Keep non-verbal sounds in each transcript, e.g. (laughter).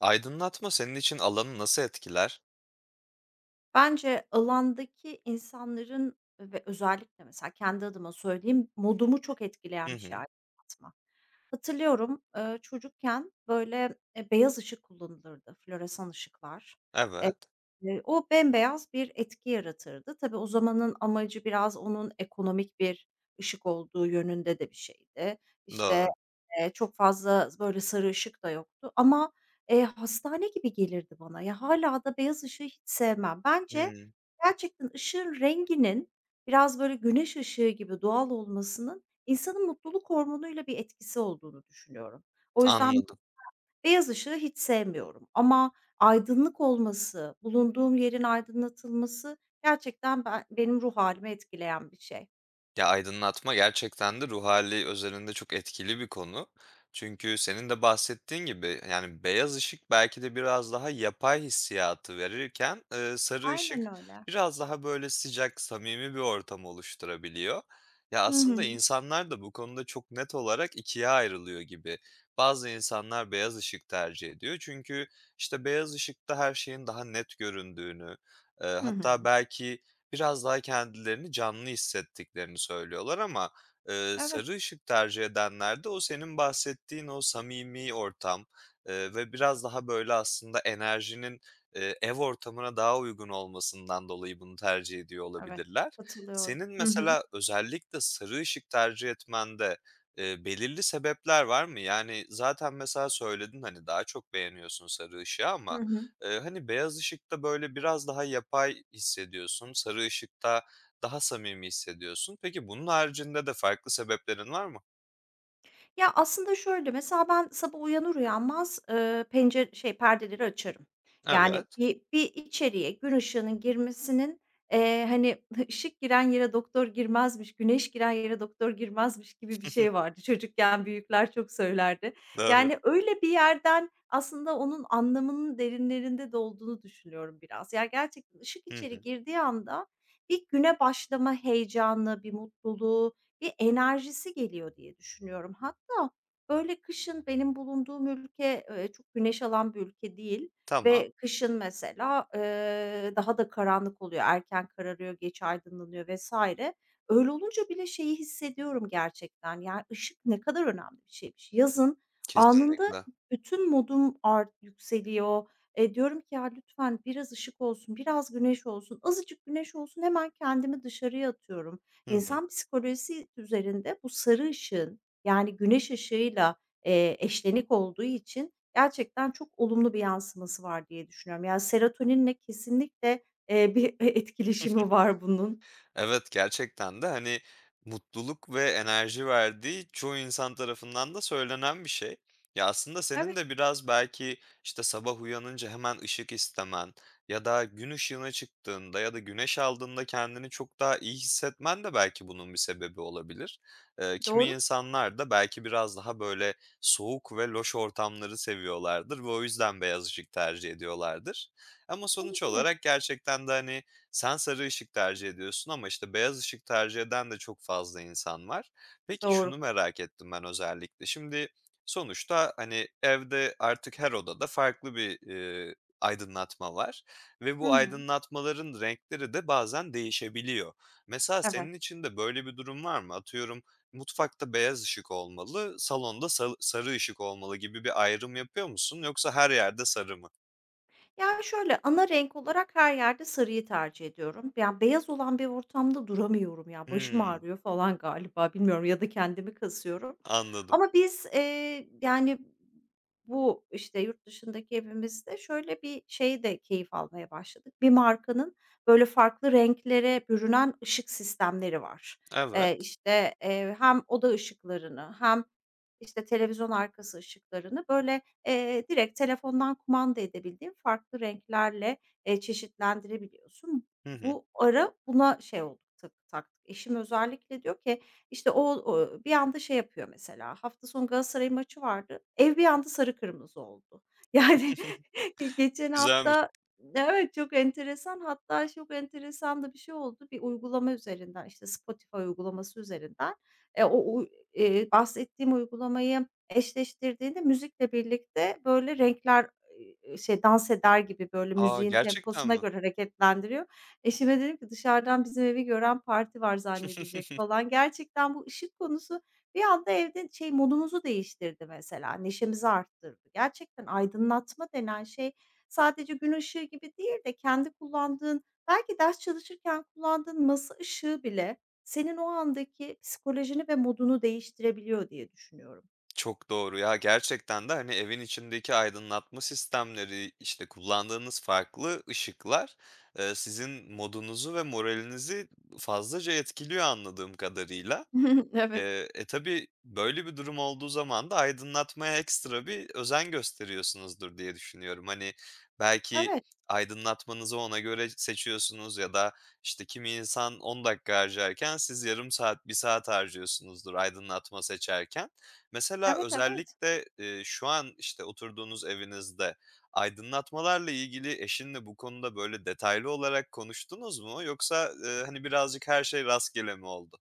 Aydınlatma senin için alanı nasıl etkiler? Bence alandaki insanların ve özellikle mesela kendi adıma söyleyeyim, modumu çok Hı etkileyen bir şey hı. aydınlatma. Hatırlıyorum, çocukken böyle, beyaz ışık kullanılırdı, floresan ışıklar. Eee, Evet. O bembeyaz bir etki yaratırdı. Tabii o zamanın amacı biraz onun ekonomik bir ışık olduğu yönünde de bir şeydi. İşte, Doğru. Çok fazla böyle sarı ışık da yoktu ama hastane gibi gelirdi bana. Ya, hâlâ da beyaz ışığı hiç sevmem. Bence Hımm. gerçekten ışığın renginin biraz, böyle, güneş ışığı gibi doğal olmasının insanın mutluluk hormonuyla bir etkisi olduğunu düşünüyorum. O yüzden Anladım. beyaz ışığı hiç sevmiyorum ama aydınlık olması, bulunduğum yerin aydınlatılması gerçekten benim ruh hâlimi etkileyen bir şey. Ya, aydınlatma gerçekten de ruh hâli özelinde çok etkili bir konu. Çünkü senin de bahsettiğin gibi, yani, beyaz ışık belki de biraz daha yapay hissiyatı verirken, sarı ışık Aynen öyle. biraz daha, böyle, sıcak, samimi bir ortam oluşturabiliyor. Ya, Hı aslında hı. insanlar da bu konuda çok net olarak ikiye ayrılıyor gibi. Bazı insanlar beyaz ışık tercih ediyor çünkü, işte, beyaz ışıkta her şeyin daha net göründüğünü, Hı hatta hı. belki biraz daha kendilerini canlı hissettiklerini söylüyorlar ama, Evet, sarı ışık tercih edenler de o senin bahsettiğin o samimi ortam, ve biraz daha böyle aslında enerjinin, ev ortamına daha uygun olmasından dolayı bunu tercih ediyor evet. olabilirler. Katılıyorum. Senin Hı hı. mesela özellikle sarı ışık tercih etmende, belirli sebepler var mı? Yani zaten mesela söyledin, hani, daha çok beğeniyorsun sarı ışığı Hı ama hı. Hani, beyaz ışıkta, böyle, biraz daha yapay hissediyorsun, sarı ışıkta daha samimi hissediyorsun. Peki, bunun haricinde de farklı sebeplerin var mı? Ya, aslında şöyle, mesela ben sabah uyanır uyanmaz, pencere perdeleri açarım. Yani Evet. bir içeriye gün ışığının girmesinin, hani, (laughs) ışık giren yere doktor girmezmiş, güneş giren yere doktor girmezmiş gibi bir şey (laughs) vardı. Çocukken büyükler çok söylerdi. Doğru. Yani öyle bir yerden aslında onun anlamının derinlerinde de olduğunu düşünüyorum biraz. Ya, gerçekten ışık Hı içeri hı. girdiği anda bir güne başlama heyecanı, bir mutluluğu bir enerjisi geliyor diye düşünüyorum. Hatta böyle kışın benim bulunduğum ülke, çok güneş alan bir ülke değil Tamam. ve kışın mesela, daha da karanlık oluyor. Erken kararıyor, geç aydınlanıyor vesaire. Öyle olunca bile şeyi hissediyorum gerçekten, yani, ışık ne kadar önemli bir şeymiş. Yazın anında Kesinlikle. bütün modum yükseliyor. Diyorum ki, "Ya, lütfen biraz ışık olsun, biraz güneş olsun, azıcık güneş olsun." Hemen kendimi dışarıya atıyorum. Hı hı. İnsan psikolojisi üzerinde bu sarı ışığın, yani güneş ışığıyla, eşlenik olduğu için gerçekten çok olumlu bir yansıması var diye düşünüyorum. Yani serotoninle kesinlikle, bir (laughs) etkileşimi var bunun. Evet, gerçekten de, hani, mutluluk ve enerji verdiği çoğu insan tarafından da söylenen bir şey. Ya, aslında senin Evet, de biraz belki, işte, sabah uyanınca hemen ışık istemen ya da gün ışığına çıktığında ya da güneş aldığında kendini çok daha iyi hissetmen de belki bunun bir sebebi olabilir. Kimi doğru, insanlar da belki biraz daha, böyle, soğuk ve loş ortamları seviyorlardır ve o yüzden beyaz ışık tercih ediyorlardır. Ama sonuç olabilir. olarak gerçekten de, hani, sen sarı ışık tercih ediyorsun ama, işte, beyaz ışık tercih eden de çok fazla insan var. Peki, Doğru. şunu merak ettim ben özellikle. Şimdi sonuçta, hani, evde artık her odada farklı bir, aydınlatma var ve Hı bu hı. aydınlatmaların renkleri de bazen değişebiliyor. Mesela Evet. senin için de böyle bir durum var mı? Atıyorum, mutfakta beyaz ışık olmalı, salonda sarı ışık olmalı gibi bir ayrım yapıyor musun yoksa her yerde sarı mı? Ya, şöyle, ana renk olarak her yerde sarıyı tercih ediyorum. Yani beyaz olan bir ortamda duramıyorum ya, başım Hımm, ağrıyor falan galiba bilmiyorum ya da kendimi kasıyorum. anladım. Ama biz, yani, işte, yurt dışındaki evimizde şöyle bir şey de keyif almaya başladık. Bir markanın böyle farklı renklere bürünen ışık sistemleri var. Evet. İşte, hem oda ışıklarını hem, işte, televizyon arkası ışıklarını böyle direkt telefondan kumanda edebildiğin farklı renklerle, çeşitlendirebiliyorsun. Hı hı. Bu ara buna şey oldu taktık. Eşim özellikle diyor ki, işte, bir anda şey yapıyor mesela, hafta sonu Galatasaray'ın maçı vardı. Ev bir anda sarı kırmızı oldu. (laughs) Yani, (laughs) geçen Güzelmiş. hafta Evet, çok enteresan. Hatta çok enteresan da bir şey oldu. Bir uygulama üzerinden, işte, Spotify uygulaması üzerinden, o u bahsettiğim uygulamayı Eşleştirdiğinde müzikle birlikte, böyle, renkler, dans eder gibi, böyle, Aa müziğin gerçekten temposuna mi? göre hareketlendiriyor. Eşime dedim ki, "Dışarıdan bizim evi gören parti var zannedecek." (laughs) falan. Gerçekten bu ışık konusu bir anda evde, şey, modumuzu değiştirdi mesela, neşemizi arttırdı. Gerçekten aydınlatma denen şey sadece gün ışığı gibi değil de kendi kullandığın, belki ders çalışırken kullandığın masa ışığı bile senin o andaki psikolojini ve modunu değiştirebiliyor diye düşünüyorum. Çok doğru ya, gerçekten de, hani, evin içindeki aydınlatma sistemleri, işte, kullandığınız farklı ışıklar, sizin modunuzu ve moralinizi fazlaca etkiliyor anladığım kadarıyla. (laughs) Evet. Tabii böyle bir durum olduğu zaman da aydınlatmaya ekstra bir özen gösteriyorsunuzdur diye düşünüyorum. Hani, belki Evet, aydınlatmanızı ona göre seçiyorsunuz ya da, işte, kimi insan 10 dakika harcarken siz yarım saat, bir saat harcıyorsunuzdur aydınlatma seçerken. Mesela evet, evet. özellikle, şu an, işte, oturduğunuz evinizde aydınlatmalarla ilgili eşinle bu konuda böyle detaylı olarak konuştunuz mu? Yoksa, hani, birazcık her şey rastgele mi oldu?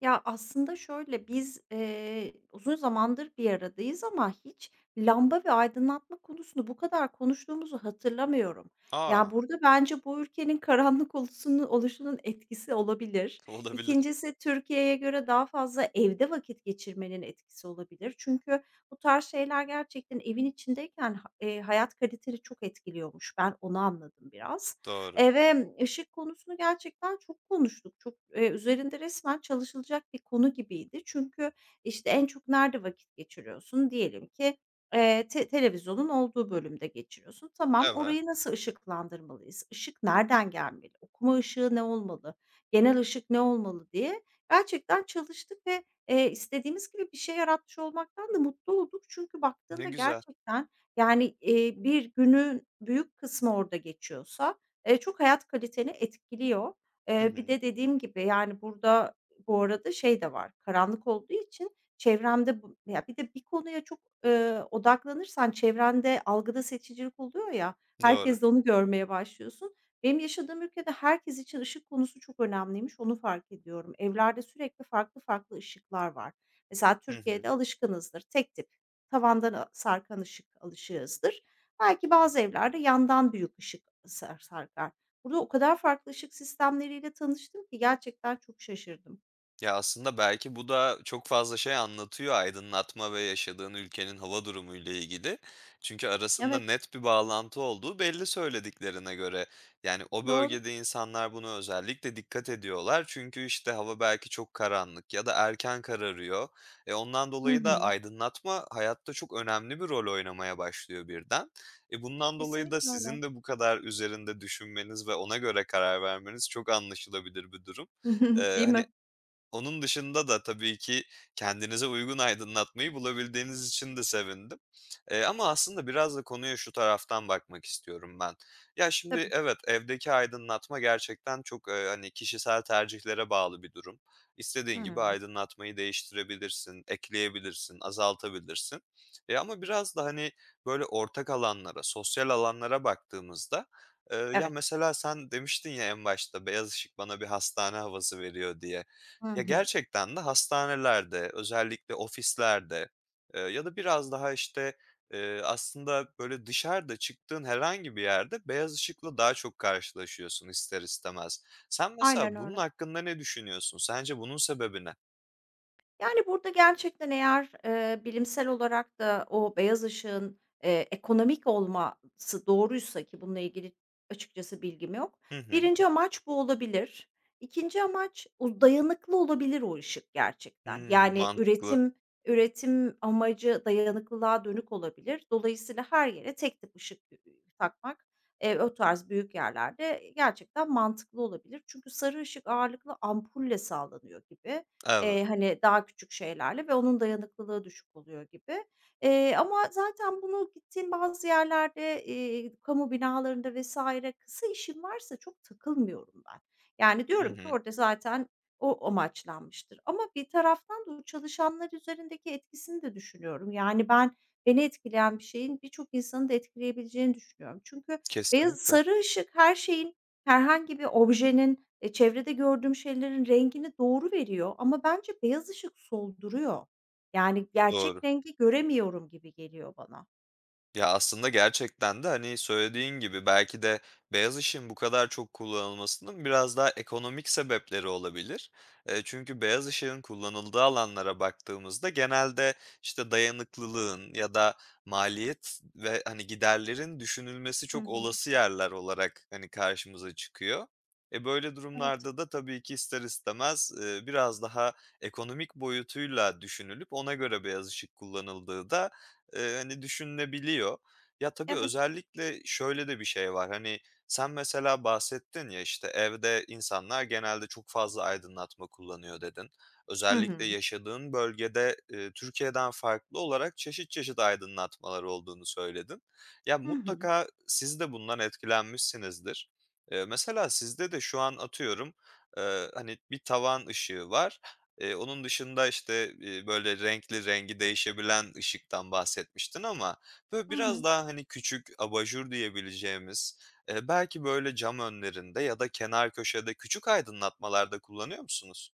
Ya, aslında şöyle, biz, uzun zamandır bir aradayız ama hiç lamba ve aydınlatma konusunu bu kadar konuştuğumuzu hatırlamıyorum. Ya, Aa burada bence bu ülkenin karanlık oluşunun etkisi olabilir. (laughs) Olabilir. İkincisi Türkiye'ye göre daha fazla evde vakit geçirmenin etkisi olabilir. Çünkü bu tarz şeyler gerçekten evin içindeyken hayat kaliteni çok etkiliyormuş. Ben onu anladım biraz. Doğru. Ve ışık konusunu gerçekten çok konuştuk. Çok, üzerinde resmen çalışılacak bir konu gibiydi. Çünkü, işte, en çok nerede vakit geçiriyorsun? Diyelim ki, te televizyonun olduğu bölümde geçiriyorsun. Tamam, Evet. orayı nasıl ışıklandırmalıyız? Işık nereden gelmeli? Okuma ışığı ne olmalı? Genel ışık ne olmalı diye gerçekten çalıştık ve, istediğimiz gibi bir şey yaratmış olmaktan da mutlu olduk. Çünkü Ne baktığında güzel. gerçekten, yani, bir günün büyük kısmı orada geçiyorsa çok hayat kaliteni etkiliyor. Hı Bir hı. de dediğim gibi, yani, burada bu arada şey de var, karanlık olduğu için çevremde bu ya, bir de bir konuya çok, odaklanırsan çevrende algıda seçicilik oluyor ya, Doğru. herkes de onu görmeye başlıyorsun. Benim yaşadığım ülkede herkes için ışık konusu çok önemliymiş, onu fark ediyorum. Evlerde sürekli farklı farklı ışıklar var. Mesela Hı hı. Türkiye'de alışkınızdır, tek tip, tavandan sarkan ışık alışığızdır. Belki bazı evlerde yandan büyük ışık sarkar. Burada o kadar farklı ışık sistemleriyle tanıştım ki gerçekten çok şaşırdım. Ya, aslında belki bu da çok fazla şey anlatıyor aydınlatma ve yaşadığın ülkenin hava durumu ile ilgili. Çünkü arasında Evet, net bir bağlantı olduğu belli söylediklerine göre. Yani o doğru. bölgede insanlar buna özellikle dikkat ediyorlar. Çünkü, işte, hava belki çok karanlık ya da erken kararıyor. Ondan Hı dolayı da hı. aydınlatma hayatta çok önemli bir rol oynamaya başlıyor birden. Bundan dolayı da Kesinlikle öyle. sizin de bu kadar üzerinde düşünmeniz ve ona göre karar vermeniz çok anlaşılabilir bir durum. (laughs) Değil hani, mi? onun dışında da tabii ki kendinize uygun aydınlatmayı bulabildiğiniz için de sevindim. Ama aslında biraz da konuya şu taraftan bakmak istiyorum ben. Ya, şimdi Tabii. evet, evdeki aydınlatma gerçekten çok, hani, kişisel tercihlere bağlı bir durum. İstediğin gibi Hıı. aydınlatmayı değiştirebilirsin, ekleyebilirsin, azaltabilirsin. Ama biraz da, hani, böyle ortak alanlara, sosyal alanlara baktığımızda, ya, Evet. mesela sen demiştin ya en başta, "Beyaz ışık bana bir hastane havası veriyor." diye. Hı Ya, hı. gerçekten de hastanelerde, özellikle ofislerde, ya da biraz daha, işte, aslında, böyle, dışarıda çıktığın herhangi bir yerde beyaz ışıkla daha çok karşılaşıyorsun ister istemez. Sen Aynen mesela bunun öyle. hakkında ne düşünüyorsun? Sence bunun sebebi ne? Yani, burada gerçekten eğer, bilimsel olarak da o beyaz ışığın, ekonomik olması doğruysa ki bununla ilgili açıkçası bilgim yok. Hı hı. Birinci amaç bu olabilir. İkinci amaç o dayanıklı olabilir o ışık gerçekten. Hımm, Yani, mantıklı. üretim amacı dayanıklılığa dönük olabilir. Dolayısıyla her yere tek tip ışık takmak, o tarz büyük yerlerde gerçekten mantıklı olabilir. Çünkü sarı ışık ağırlıklı ampulle sağlanıyor gibi. Evet. Hani, daha küçük şeylerle ve onun dayanıklılığı düşük oluyor gibi. Ama zaten bunu gittiğim bazı yerlerde, kamu binalarında vesaire kısa işim varsa çok takılmıyorum ben. Yani, Hı diyorum ki hı. orada zaten o amaçlanmıştır ama bir taraftan da bu çalışanlar üzerindeki etkisini de düşünüyorum. Yani, ben beni etkileyen bir şeyin birçok insanı da etkileyebileceğini düşünüyorum. Çünkü beyaz Kesinlikle. sarı ışık her şeyin, herhangi bir objenin çevrede gördüğüm şeylerin rengini doğru veriyor ama bence beyaz ışık solduruyor. Yani Doğru. gerçek rengi göremiyorum gibi geliyor bana. Ya, aslında gerçekten de, hani, söylediğin gibi belki de beyaz ışığın bu kadar çok kullanılmasının biraz daha ekonomik sebepleri olabilir. Çünkü beyaz ışığın kullanıldığı alanlara baktığımızda genelde, işte, dayanıklılığın ya da maliyet ve, hani, giderlerin düşünülmesi Hı çok hı. olası yerler olarak, hani, karşımıza çıkıyor. Böyle Evet, durumlarda da tabii ki ister istemez, biraz daha ekonomik boyutuyla düşünülüp ona göre beyaz ışık kullanıldığı da hani, düşünülebiliyor. Ya, tabii evet. özellikle şöyle de bir şey var, hani, sen mesela bahsettin ya, işte, "Evde insanlar genelde çok fazla aydınlatma kullanıyor." dedin. Hı Özellikle hı. yaşadığın bölgede, Türkiye'den farklı olarak çeşit çeşit aydınlatmalar olduğunu söyledin. Ya, Hı hı. mutlaka siz de bundan etkilenmişsinizdir. Mesela sizde de şu an atıyorum, hani, bir tavan ışığı var. Onun dışında, işte, böyle renkli, rengi değişebilen ışıktan bahsetmiştin ama böyle Hı biraz hı. daha, hani, küçük abajur diyebileceğimiz, belki böyle cam önlerinde ya da kenar köşede küçük aydınlatmalarda kullanıyor musunuz?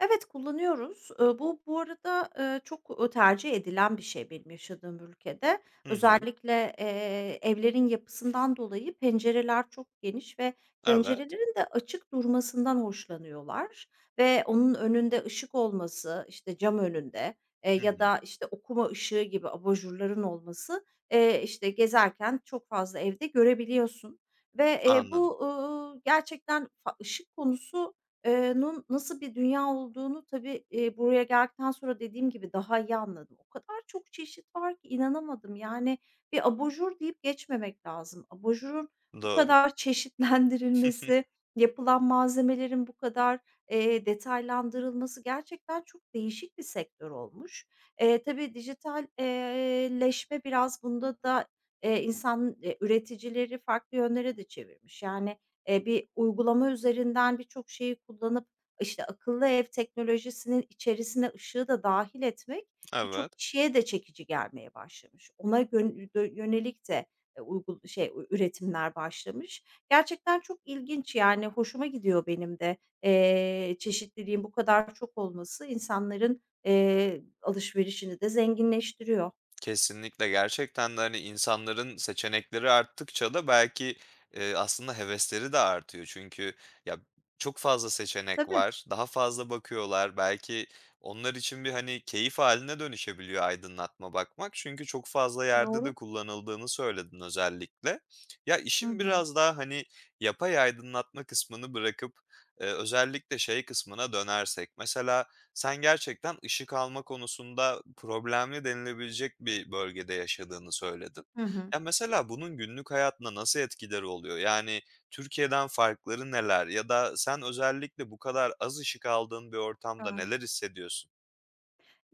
Evet, kullanıyoruz. Bu arada, çok, tercih edilen bir şey benim yaşadığım ülkede. Hı hı. Özellikle, evlerin yapısından dolayı pencereler çok geniş ve Evet. pencerelerin de açık durmasından hoşlanıyorlar ve onun önünde ışık olması, işte, cam önünde, Hı ya hı. da, işte, okuma ışığı gibi abajurların olması, işte, gezerken çok fazla evde görebiliyorsun ve, Anladım. Gerçekten ışık konusu, nun nasıl bir dünya olduğunu tabii, buraya geldikten sonra dediğim gibi daha iyi anladım. O kadar çok çeşit var ki inanamadım. Yani bir abajur deyip geçmemek lazım. Abajurun bu Doğru. kadar (laughs) çeşitlendirilmesi, yapılan malzemelerin bu kadar, detaylandırılması gerçekten çok değişik bir sektör olmuş. Tabii dijital leşme biraz bunda da, üreticileri farklı yönlere de çevirmiş. Yani bir uygulama üzerinden birçok şeyi kullanıp, işte, akıllı ev teknolojisinin içerisine ışığı da dahil etmek Evet. birçok kişiye de çekici gelmeye başlamış. Ona gön dö yönelik de, uygul şey, ü üretimler başlamış. Gerçekten çok ilginç, yani, hoşuma gidiyor benim de. Çeşitliliğin bu kadar çok olması insanların, alışverişini de zenginleştiriyor. Kesinlikle. Gerçekten de, hani, insanların seçenekleri arttıkça da belki, aslında hevesleri de artıyor. Çünkü ya, çok fazla seçenek Tabii, var, daha fazla bakıyorlar. Belki onlar için bir, hani, keyif haline dönüşebiliyor aydınlatma bakmak. Çünkü çok fazla yerde de doğru. kullanıldığını söyledin özellikle. Ya, Hı işin hı. biraz daha, hani, yapay aydınlatma kısmını bırakıp, özellikle şey kısmına dönersek mesela sen gerçekten ışık alma konusunda problemli denilebilecek bir bölgede yaşadığını söyledin. Hı hı. Ya, mesela bunun günlük hayatına nasıl etkileri oluyor? Yani, Türkiye'den farkları neler ya da sen özellikle bu kadar az ışık aldığın bir ortamda Evet. neler hissediyorsun?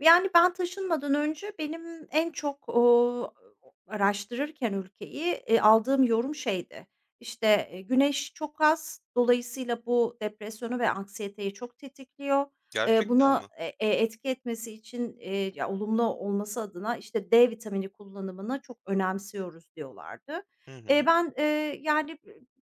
Yani, ben taşınmadan önce benim en çok, araştırırken ülkeyi, aldığım yorum şeydi, işte, güneş çok az, dolayısıyla bu depresyonu ve anksiyeteyi çok tetikliyor. Gerçekten mi? Buna, etki etmesi için, ya, olumlu olması adına, işte, D vitamini kullanımını çok önemsiyoruz diyorlardı. Hı hı. Ben, yani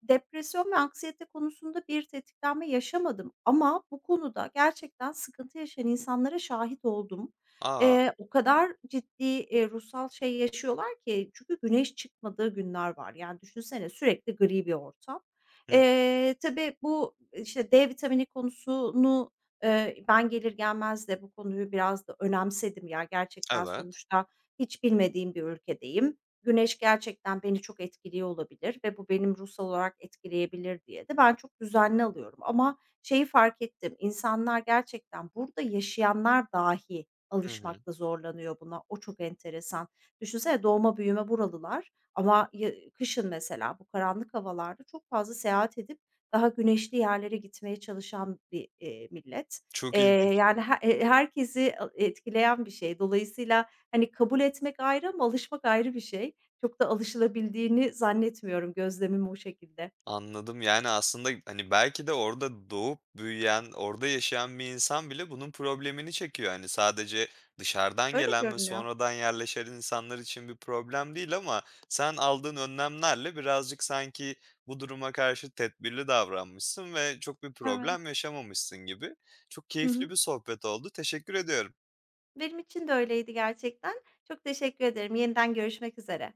Depresyon ve anksiyete konusunda bir tetiklenme yaşamadım ama bu konuda gerçekten sıkıntı yaşayan insanlara şahit oldum. A! O kadar ciddi, ruhsal şey yaşıyorlar ki çünkü güneş çıkmadığı günler var. Yani düşünsene sürekli gri bir ortam. Hı. Tabii işte, D vitamini konusunu, ben gelir gelmez de bu konuyu biraz da önemsedim. Ya, gerçekten Evet. sonuçta hiç bilmediğim bir ülkedeyim. Güneş gerçekten beni çok etkiliyor olabilir ve bu benim ruhsal olarak etkileyebilir diye de ben çok düzenli alıyorum ama şeyi fark ettim, İnsanlar gerçekten burada yaşayanlar dahi Hı hı. alışmakta zorlanıyor buna. O çok enteresan. Düşünsene doğma büyüme buralılar ama ya kışın mesela bu karanlık havalarda çok fazla seyahat edip daha güneşli yerlere gitmeye çalışan bir, millet. Çok Eee, ilginç. Herkesi etkileyen bir şey. Dolayısıyla, hani, kabul etmek ayrı ama alışmak ayrı bir şey. Çok da alışılabildiğini zannetmiyorum. Gözlemim o şekilde. Anladım. Yani, aslında, hani, belki de orada doğup büyüyen, orada yaşayan bir insan bile bunun problemini çekiyor. Hani, sadece dışarıdan Öyle gelen ve görünüyor. sonradan yerleşen insanlar için bir problem değil ama sen aldığın önlemlerle birazcık sanki bu duruma karşı tedbirli davranmışsın ve çok bir Evet. problem yaşamamışsın gibi. Çok Hı keyifli hı. bir sohbet oldu. Teşekkür ediyorum. Benim için de öyleydi gerçekten. Çok teşekkür ederim. Yeniden görüşmek üzere.